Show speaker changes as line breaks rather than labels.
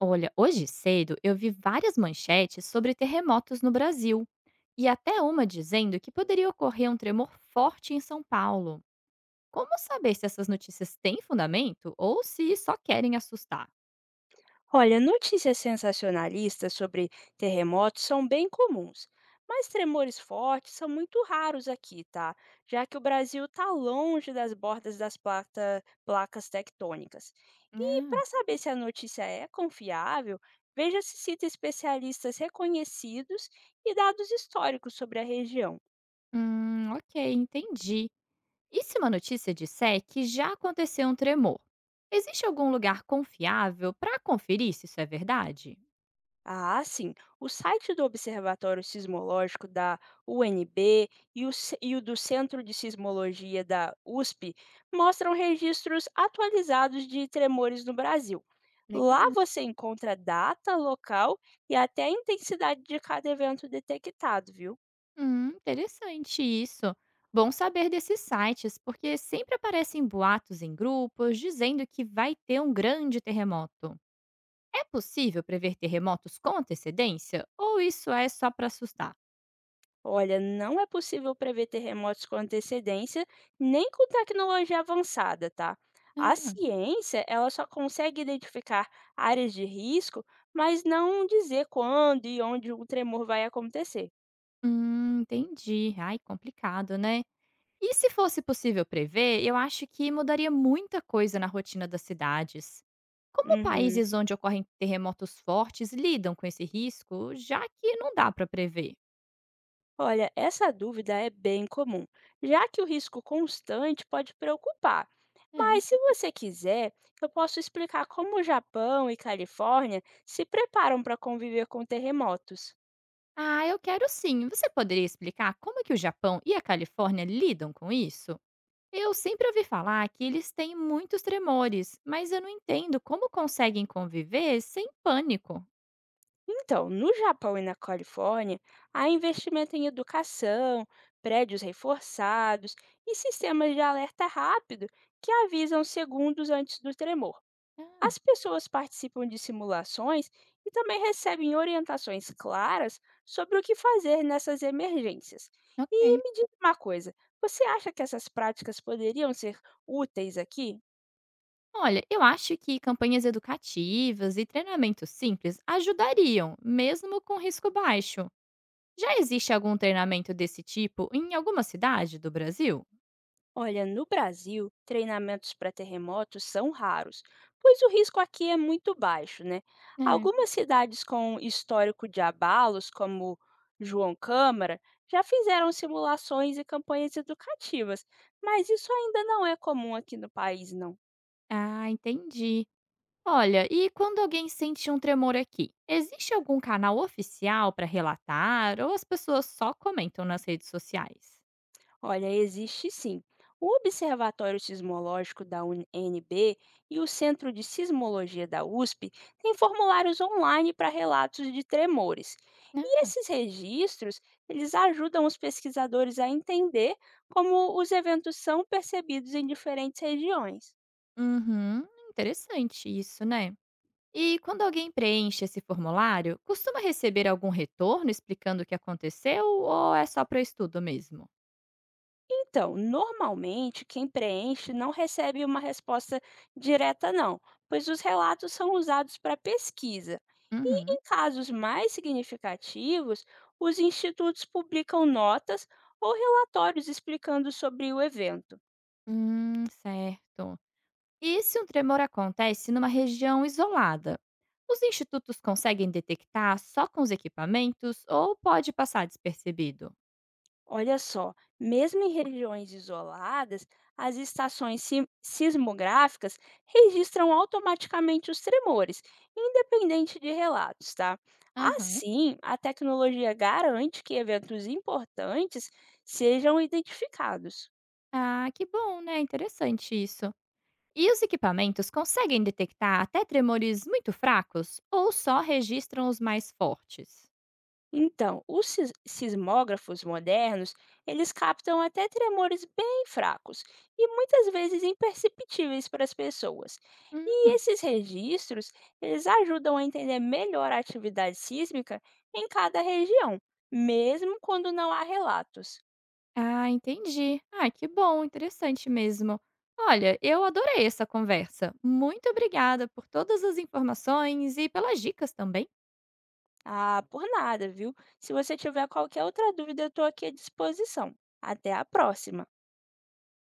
Olha, hoje cedo eu vi várias manchetes sobre terremotos no Brasil e até uma dizendo que poderia ocorrer um tremor forte em São Paulo. Como saber se essas notícias têm fundamento ou se só querem assustar?
Olha, notícias sensacionalistas sobre terremotos são bem comuns, mas tremores fortes são muito raros aqui, tá? Já que o Brasil está longe das bordas das placas tectônicas. E
Ah,
para saber se a notícia é confiável, veja se cita especialistas reconhecidos e dados históricos sobre a região.
ok, entendi. E se uma notícia disser que já aconteceu um tremor? Existe algum lugar confiável para conferir se isso é verdade?
Ah, sim. O site do Observatório Sismológico da UNB e o do Centro de Sismologia da USP mostram registros atualizados de tremores no Brasil. Lá
Legal.
você encontra data, local e até a intensidade de cada evento detectado, viu?
Interessante isso. Bom saber desses sites, porque sempre aparecem boatos em grupos dizendo que vai ter um grande terremoto. É possível prever terremotos com antecedência? Ou isso é só para assustar?
Olha, não é possível prever terremotos com antecedência, nem com tecnologia avançada, tá? A
Ah,
ciência, ela só consegue identificar áreas de risco, mas não dizer quando e onde um tremor vai acontecer.
entendi. Ai, complicado, né? E se fosse possível prever, eu acho que mudaria muita coisa na rotina das cidades. Como
Uhum.
países onde ocorrem terremotos fortes lidam com esse risco, já que não dá para prever?
Olha, essa dúvida é bem comum, já que o risco constante pode preocupar.
É.
Mas, se você quiser, eu posso explicar como o Japão e Califórnia se preparam para conviver com terremotos.
Ah, eu quero sim. Você poderia explicar como que o Japão e a Califórnia lidam com isso? Eu sempre ouvi falar que eles têm muitos tremores, mas eu não entendo como conseguem conviver sem pânico.
Então, no Japão e na Califórnia, há investimento em educação, prédios reforçados e sistemas de alerta rápido que avisam segundos antes do tremor.
Ah,
As pessoas participam de simulações e também recebem orientações claras sobre o que fazer nessas emergências. E
ok.
me diz uma coisa: você acha que essas práticas poderiam ser úteis aqui?
Olha, eu acho que campanhas educativas e treinamentos simples ajudariam, mesmo com risco baixo. Já existe algum treinamento desse tipo em alguma cidade do Brasil?
Olha, no Brasil, treinamentos para terremotos são raros, pois o risco aqui é muito baixo, né?
É.
Algumas cidades com histórico de abalos, como João Câmara, já fizeram simulações e campanhas educativas, mas isso ainda não é comum aqui no país, não.
Ah, entendi. Olha, e quando alguém sente um tremor aqui, existe algum canal oficial para relatar ou as pessoas só comentam nas redes sociais?
Olha, existe sim. O Observatório Sismológico da UNB e o Centro de Sismologia da USP têm formulários online para relatos de tremores. E
Né?
esses registros, eles ajudam os pesquisadores a entender como os eventos são percebidos em diferentes regiões.
Uhum, interessante isso, né? E quando alguém preenche esse formulário, costuma receber algum retorno explicando o que aconteceu ou é só para estudo mesmo?
Então, normalmente quem preenche não recebe uma resposta direta, não, pois os relatos são usados para pesquisa. E
Uhum.
em casos mais significativos, os institutos publicam notas ou relatórios explicando sobre o evento.
Certo. E se um tremor acontece numa região isolada? Os institutos conseguem detectar só com os equipamentos ou pode passar despercebido?
Olha só, mesmo em regiões isoladas, as estações sismográficas registram automaticamente os tremores, independente de relatos, tá?
Aham.
Assim, a tecnologia garante que eventos importantes sejam identificados.
Ah, que bom, né? Interessante isso. E os equipamentos conseguem detectar até tremores muito fracos ou só registram os mais fortes?
Então, os sismógrafos modernos, eles captam até tremores bem fracos e muitas vezes imperceptíveis para as pessoas. E
Hum,
esses registros, eles ajudam a entender melhor a atividade sísmica em cada região, mesmo quando não há relatos.
ah, entendi. Ah, que bom, interessante mesmo. Olha, eu adorei essa conversa. Muito obrigada por todas as informações e pelas dicas também.
Ah, por nada, viu? Se você tiver qualquer outra dúvida, eu estou aqui à disposição. Até a próxima!